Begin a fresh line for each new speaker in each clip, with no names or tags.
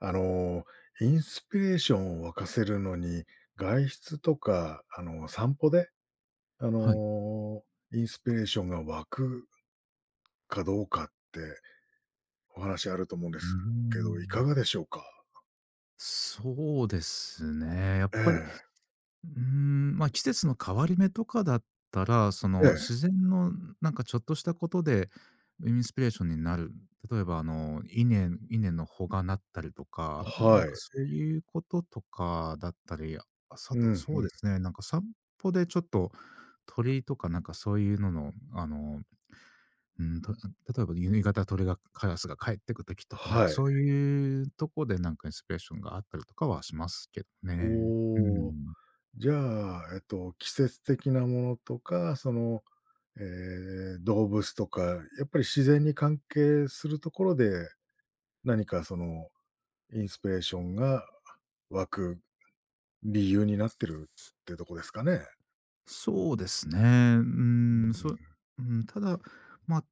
あの、インスピレーションを沸かせるのに、外出とか、散歩で、あ
はい。
の、インスピレーションが湧くかどうかってお話あると思うんで
うー
すけど、いか
ん。
がでしょうか？
そうですね。やっ
え
ぱり、
え。
ま、季節の変わり目とかだったら、そ
え
の、
え。
自然のなんかちょっとしたことでインスピレーションになる。例えば、稲の穂がなったりとか、な
は
ん
い。
かそういうこととかだったり、あ、
うん
そう
う
で
ん。
すね、なんか散歩でちょっと鳥とかなんかそういうのの、うん、と例えば夕方カラスが帰ってく時とか、なんか
はい。
そういうとこでなんかインスピレーションがあったりとかはしますけどね。う
おお。
ん。
じゃあ、季節的なものとか、その、ええ、動物とか、やっぱり自然に関係するところで、何かそのインスピレーションが湧く理由になってるってとこですかね。
そうですね。う
う
ん、そ
ん、
うただ、まあ、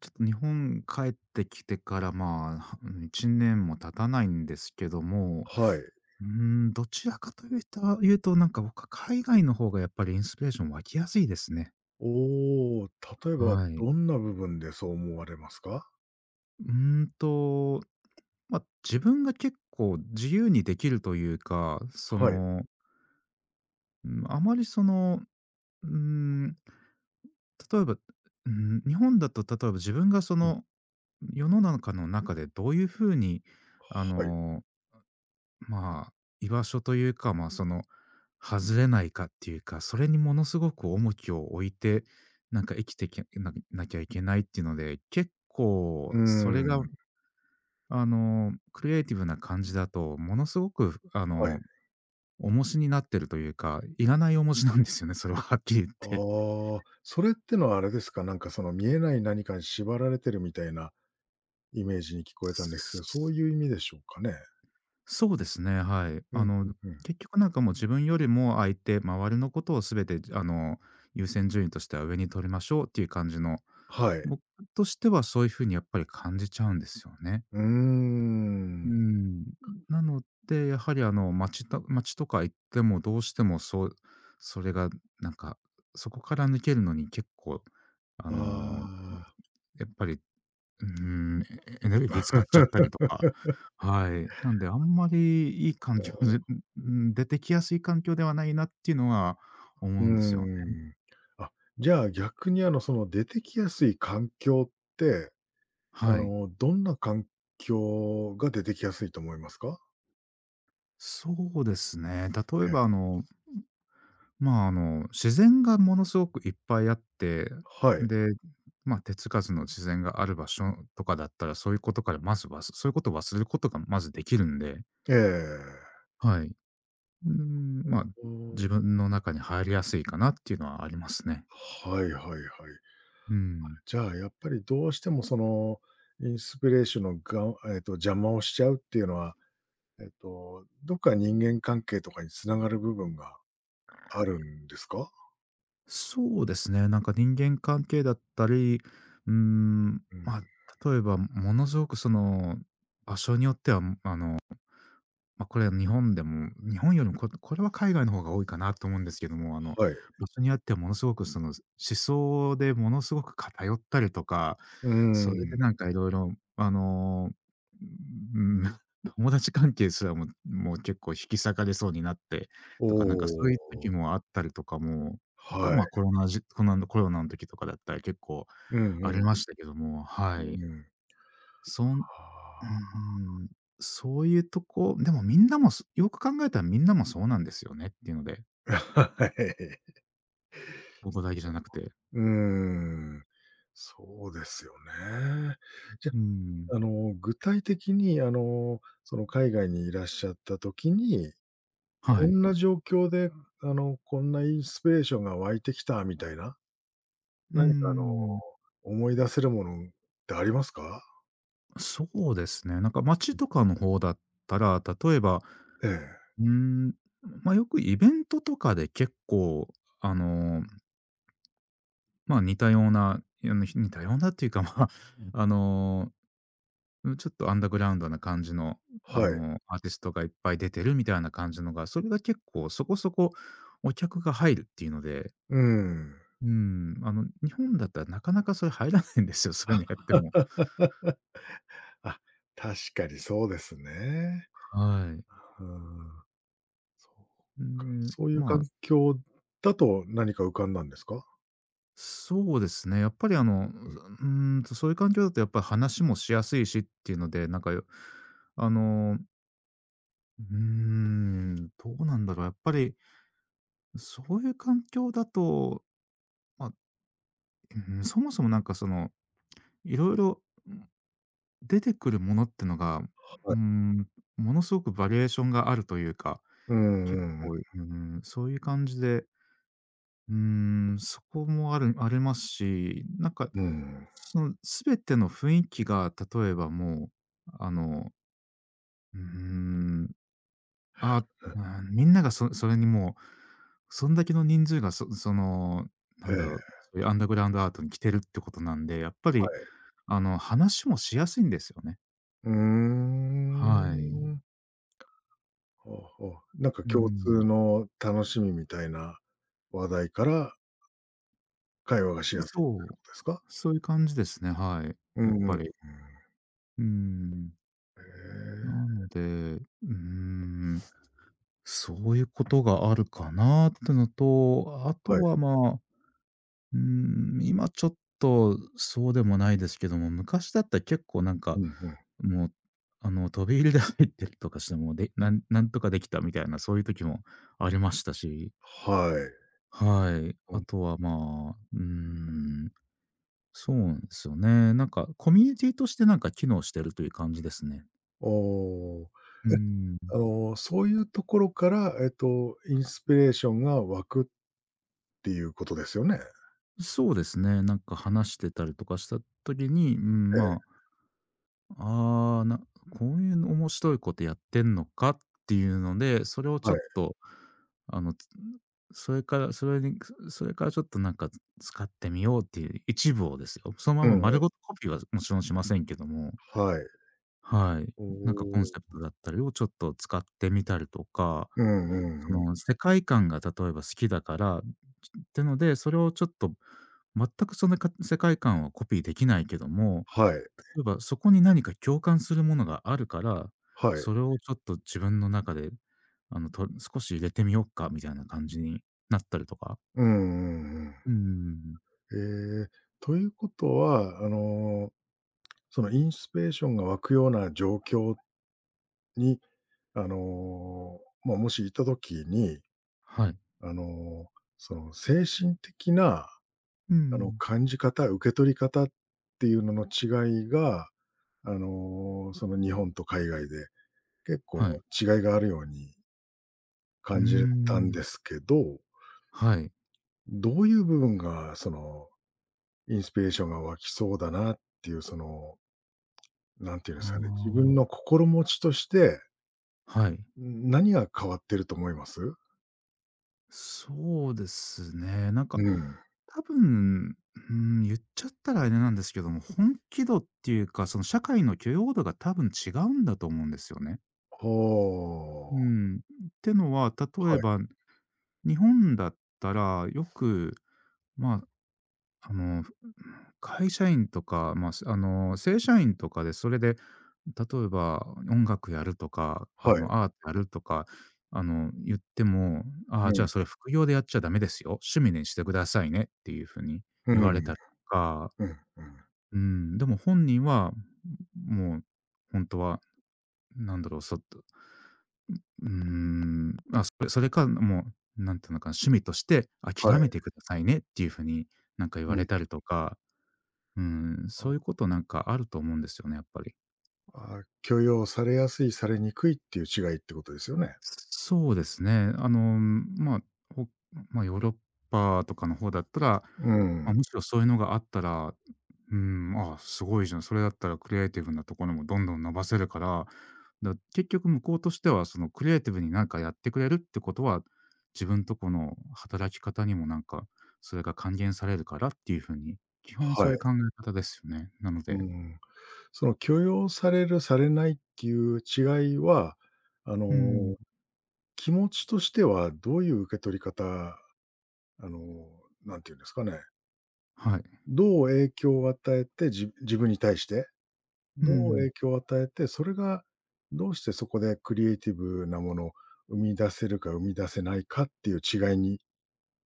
ちょっと日本帰ってきてから、まあ、1年も経たないんですけども、
はい。
うどちらかというと言うと、なんか僕は海外の方がやっぱりインスピレーション湧きやすいですね。
おお、例えば
はい。
どんな部分でそう思われますか？
うーんとまあ、自分が結構自由にできるというか、そ
はい。
の、うん、あまりその、うーん、例えば、うん、日本だと例えば自分がそ
うん。
の世の中の中でどういう風にあ
はい。
の、まあ、居場所というか、まあ、その、外れないかっていうか、それにものすごく重きを置いて、なんか生きていけなきゃいけないっていうので、結構
うー
それが
ん、
クリエイティブな感じだと、ものすごく
はい。
重しになってるというか、いらない重しなんですよね、それははっきり言って。
ああ、それってのはあれですか、なんかその見えない何かに縛られてるみたいなイメージに聞こえたんですけど、そういう意味でしょうかね？
そうですね、はい。
うん、うんうん。
結局なんかもう自分よりも相手、周りのことを全て優先順位としては上に取りましょうっていう感じの、
はい。
僕としてはそういう風にやっぱり感じちゃうんですよね。
うー
う
ん。
ん。なので、やはり街と街とか行ってもどうしてもそれがなんか、そこから抜けるのに結構あ
あ
の、
あ、
やっぱりうーん、エエネルギー使っちゃったりとか、はい。なんであんまりいい環境で、うん、出てきやすい環境ではないなっていうのは
う
思うんですよね。
ーん。あ、じゃあ逆にその出てきやすい環境って、
はい。
どんな環境が出てきやすいと思いますか？
そうですね。例え
ええ。
ばまあ、自然がものすごくいっぱいあって、
はい。
で、まあ、手つかずの自然がある場所とかだったら、そういうことからまずそういうことを忘れることがまずできるんで、
ええ。
はい。うん、まあ、
うー
自
ん。
分の中に入りやすいかなっていうのはありますね。
はいはいはい。
うん。
じゃあやっぱりどうしてもその、インスピレーションのが邪魔をしちゃうっていうのは、どっか人間関係とかに繋がる部分があるんですか？
そうですね。なんか人間関係だったり、うーん、
うん、
まあ、例えばものすごくその場所によっては、まあ、これは日本でも日本よりもこれは海外の方が多いかなと思うんですけども、
はい。
場所によってはものすごくその、思想でものすごく偏ったりとか、
うー
それで
ん。
なんかいろいろうん、友達関係すらももう結構引き裂かれそうになって
お
とか、なんかそういう時
お、
もあったりとかも、た
はい。
ま、コロナじコナのコロナの時とかだったら結構
うん
あ
う
り
ん
ましたけども、
う
はい。
ん。
そんうー
は
ん、そういうとこ、でもみんなも、よく考えたらみんなもそうなんですよねっていうので、
あ。はい。
僕だけじゃなくて。
うーん。そうですよね。じゃ、
うーん、
具体的に、その、海外にいらっしゃった時に、
は
こ
い。
んな状況で、こんなインスピレーションが湧いてきたみたいな、
うー
何か、
ん、
思い出せるものってありますか？
そうですね。なんか街とかの方だったら、例えば、
ええ。
うーん、ま、よくイベントとかで結構あの、ま、似たような、似たようなっていうか、まあ、あのうん、ちょっとアンダーグラウンドな感じの、
はい。
アーティストがいっぱい出てるみたいな感じのが、それが結構そこそこお客が入るっていうので、
うん。
うん、日本だったらなかなかそれ入らないんですよ、そういうのやっても。
あ、確かにそうですね。
はい。
うーん。そうか、
んで、
そういう環
まあ、
境だと何か浮かんだんですか？
そうですね、やっぱりそういう環境だとやっぱり話もしやすいしっていうので、なんか、よあの、うーん、どうなんだろう、やっぱりそういう環境だと、まあ、うん、そもそもなんかそのいろいろ出てくるものってのが、う
は
ー
い。
ん、ものすごくバリエーションがあるというか、
うんう
結
んうん。
構、そういう感じで、そこもありますし、なんか、
うん。
その全ての雰囲気が例えばもう、うーん、あ、うん、みんながそれにもう、そんだけの人数がその、な
ええ、
んだろ
は
う、そういうアンダーグラウンドアートに来てるってことなんで、やっぱり、
い。
話もしやすいんですよね。
うー
はい。
ん。ほうほう。なんか
う
共通
ん。
の楽しみみたいな話題から会話がしやすいみたいな
そう。
ことですか？
そういう感じですね、はい。
うん
やっ
うんうん。
ぱ
へ
り。うん。
え。
なので、うん、そういうことがあるかなってのと、あ
は
と
い。
は、まあ、うん、今ちょっとそうでもないですけども、昔だったら結構なん
う
か、
んうん。
もう、飛び入りで入ってるとかしても、でなんとかできたみたいな、そういう時もありましたし、
はい。
はい。
う
あ
ん。
とは、まあ、うーん。そうなんですよね。なんかコミュニティとしてなんか機能してるという感じですね。
おお。
うん。
そういうところから、インスピレーションが湧くっていうことですよね？え
そうですね。なんか話してたりとかした時に、うん、まあ、こういう面白いことやってんのかっていうので、それを
え、
ちょ
は
っ
い。
と、あの、つそれからそれにそれからちょっとなんか使ってみようっていう一部をですよ。そのま
う
ま
んう
丸
ん
ごとコピーはもちろんしませんけども、
はい。
はい。
お
なんかコン
お。
セプトだったりをちょっと使ってみたりとか
うんうん
そ
うん。
の世界観が例えば好きだから、ってので、それをちょっと全くその世界観をコピーできないけども、
はい、
例えばそこに何か共感するものがあるから、
はい。
それをちょっと自分の中で、少し入れてみよっかみたいな感じになったりとか。
うんうんうん。
うん。
ええ、ということは、そのインスピレーションが湧くような状況に、あの、まあ、もしいたときに、
はい。
あの、その精神的な、
うんうん。
感じ方、受け取り方っていうのの違いが、その日本と海外で結構
はい。
違いがあるように
うー
感じたん
ん。
ですけど
はい。
どういう部分が、その、インスピレーションが湧きそうだなっていう、その、なんていう
あ
んですかね、自分
あ。
の心持ちとして、
はい。
ん、何が変わってると思います？
そうですね。なんか、
うん。
多分、うん、言っちゃったらあれなんですけども、本気度っていうか、その社会の許容度が多分違うんだと思うんですよね。
ほ
う
う。
ん。ってのは、例
は
え
い、
ば、日本だったらよく、まあ、あの、ふ会社員とか、まあ、すあの、正社員とかで、それで、例えば音楽やるとか、
はい。
アートやるとか、言っても、「ああ、
う
じゃあ、
ん、
それ副業でやっちゃダメですよ。趣味にしてくださいね」っていう風に
う
言
ん、
われたりとか、
うん、うん。
うん、でも本人は、もう、本当は、なんだろう、そっと、うーん、あ、それか、もう、なんていうのかな、趣味として
は
諦め
い。
てくださいねっていう風に、なんか言
う
われ
ん。
たりとかうん、そういうことなんかあると思うんですよね、やっぱり。
ああ、許容されやすい、されにくいっていう違いってことですよね。
そうですね。ほまあ、ヨーロッパとかの方だったら、
う
ま
ん。
あ、むしろそういうのがあったら、ああ、すごいじゃん、それだったらクリエイティブなところもどんどん伸ばせるから、結局向こうとしては、そのクリエイティブになんかやってくれるってことは、自分とこの働き方にもなんか、それが還元されるからっていう風に、基本
は
そうい
い。
う考え方ですよね。なの
う
で、
ん。その許容される、されないっていう違いは、あの
うん、
気持ちとしてはどういう受け取り方、あの、なんていうんですかね、
はい。
どう影響を与えて、自分に対して、
う
どう
ん。
影響を与えて、それがどうしてそこでクリエイティブなものを生み出せるか生み出せないかっていう違いに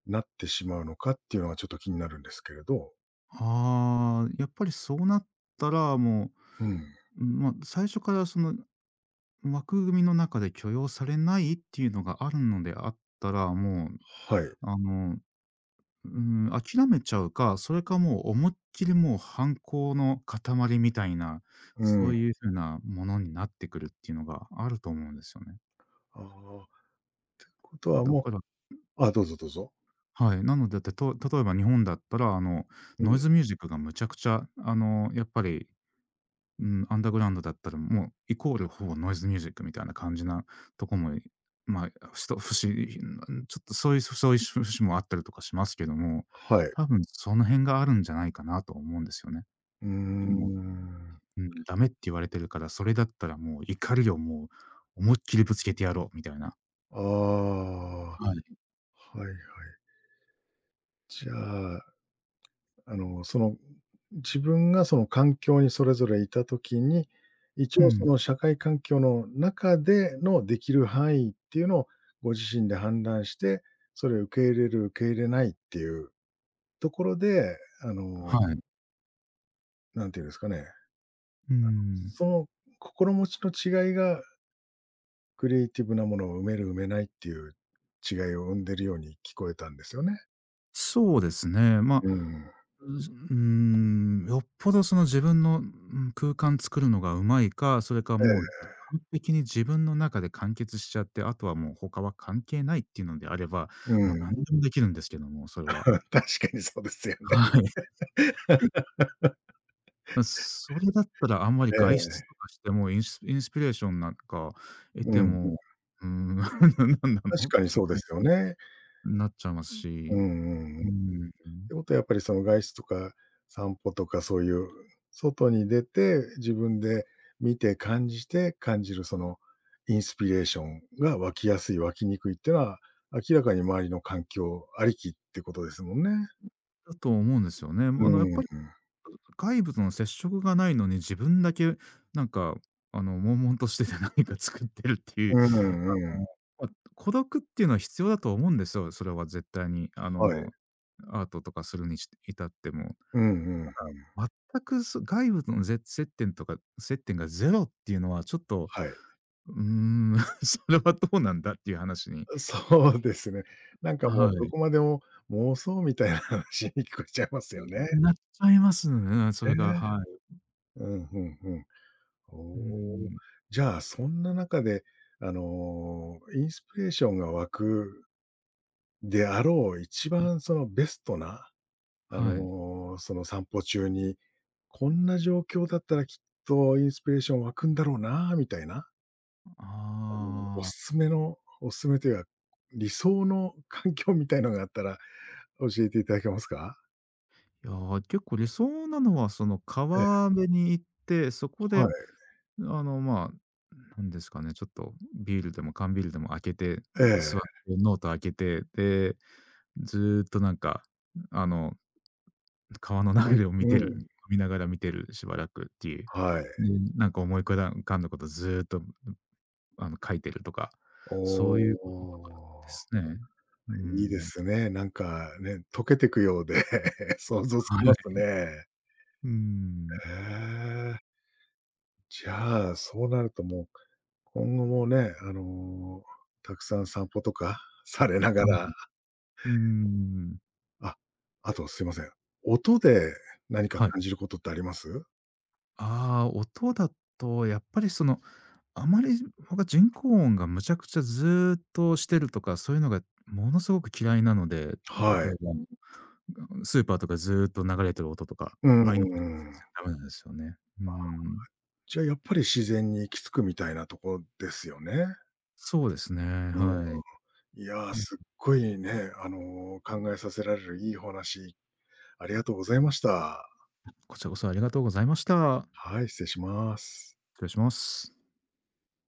なってしまうのかっていうのがちょっと気になるんですけれど。
ああ、やっぱりそうなったら、も
うん、
う、まあ、最初からその枠組みの中で許容されないっていうのがあるのであったら、もう、
はい。
あの、うん、諦めちゃうか、それかもう思いっきりもう反抗の塊みたいな、
う
そ
ん。
ういうふうなものになってくるっていうのがあると思うんですよね。
ああ、ことは
だ
も
から、
うあ、どうぞどうぞ。
はい。なので、だってと例えば日本だったら、
う
ノイ
ん、
ズミュージックがむちゃくちゃ、やっぱり、うん、アンダーグラウンドだったら、もうイコールほぼノイズミュージックみたいな感じなとこも、まあ、ふしと節、うん、ちょっとそういう節もあったりとかしますけども、
はい。
多分その辺があるんじゃないかなと思うんですよね。
うー
も
ん。
う、うん、ダメって言われてるから、それだったらもう怒りをもう思いっきりぶつけてやろうみたいな。
ああ、は
はい。
いはい。じゃあその、自分がその環境にそれぞれいた時に、一
う
応そ
ん、
の社会環境の中でのできる範囲っていうのをご自身で判断して、それを受け入れる、受け入れないっていうところで、あの、
はい。
なんていうんですかね、
うん。
その心持ちの違いがクリエイティブなものを埋める、埋めないっていう違いを生んでるように聞こえたんですよね。
そうですね。
うん。
よっぽどその自分の、うん、空間作るのがうまいか、それかもう
え
完璧に自分の中で完結しちゃって、あとはもう他は関係ないっていうのであれば、
え、
も
う
う
ん。
何 でもできるんですけども、それは。
確かにそうですよね。
はい。ま、それだったらあんまり
え
外出
え。
とかしてもインスピレーションなんか得
う
て
んうん。
も、うーん、何なの
確
っ
かに
ていう
そうで
感
すよ
じ
ね。
になっちゃいます
うん
し、
うんう
う
ん。っ
ん、
てことはやっぱりその外出とか散歩とかそういう外に出て、自分で見て感じて、感じるそのインスピレーションが湧きやすい、湧きにくいっていうのは、明らかに周りの環境ありきってことですもんね。
だと思うんですよね。あ
う
のやっ
んうん。
ぱり外部との接触がないのに、自分だけなんか、あの、悶々としてて 何か作ってるっていう、
うん
あ
うん。
のま、孤独っていうのは必要だと思うんですよ、それは絶対に。あ
はい。
の、アートとかする至っても。
うんうんうん。
全く外部との接点とか接点がゼロっていうのはちょっと、
はい。
うーん、それはどうなんだっていう話に、
そうですね。なんかも
は
うど
い、
こまでも妄想みたいな話に聞こえちゃいますよね。
なっちゃいますね、それが、
ね。
はい。
うん、うんうん。お
う
お。
ーん。
じゃあ、そんな中で、インスピレーションが湧くであろう、一番そのベストな、
はい。
その散歩中に、こんな状況だったらきっとインスピレーション湧くんだろうなみたいな、
ああ、
おすすめというか、理想の環境みたいのがあったら教えていただけますか？
いやー、結構理想なのは、その
ええ、
川辺に行って、そこ
は
で、
い、
あの、まあ、なんですかね、ちょっとビールでも缶ビールでも開けて、
え
座っ
え、
てノート開けて、で、ずーっとなんか、あの、川の流れを見
う
てる、
ん、
見ながら見てる、しばらくっていう。
はい。
で、なんか思いだ浮かんだことずーっと、あの、書いてるとか、
お
そういうこととかで
お。
すね。う
いいで
ん。
すね。なんかね、溶けてくようで 想像つ
は
き
い。
ますね。
うん。
へえ。じゃあ、そうなるともう、今後もね、たくさん散歩とか されなが
は
ら
い。うん。
あ、あとすいません。音で何か
はい。
感じることってあります？
ああ、音だとやっぱりその、あまり僕は人工音がむちゃくちゃずっとしてるとか、そういうのがものすごく嫌いなので、例え
はい。
ばうん。ばスーパーとかずっと流れてる音とか、
うん
ああいうのもちょっと
うん
全然ダメなんですよね。うん。
じゃあやっぱり自然に行き着くみたいなとこですよね。
そうですね、
うん。
はい。
いやー、
うん、
すっごいね、考えさせられるいいお話ありがとうございました。
こちらこそありがとうございました。
はい、失礼します。
失礼します。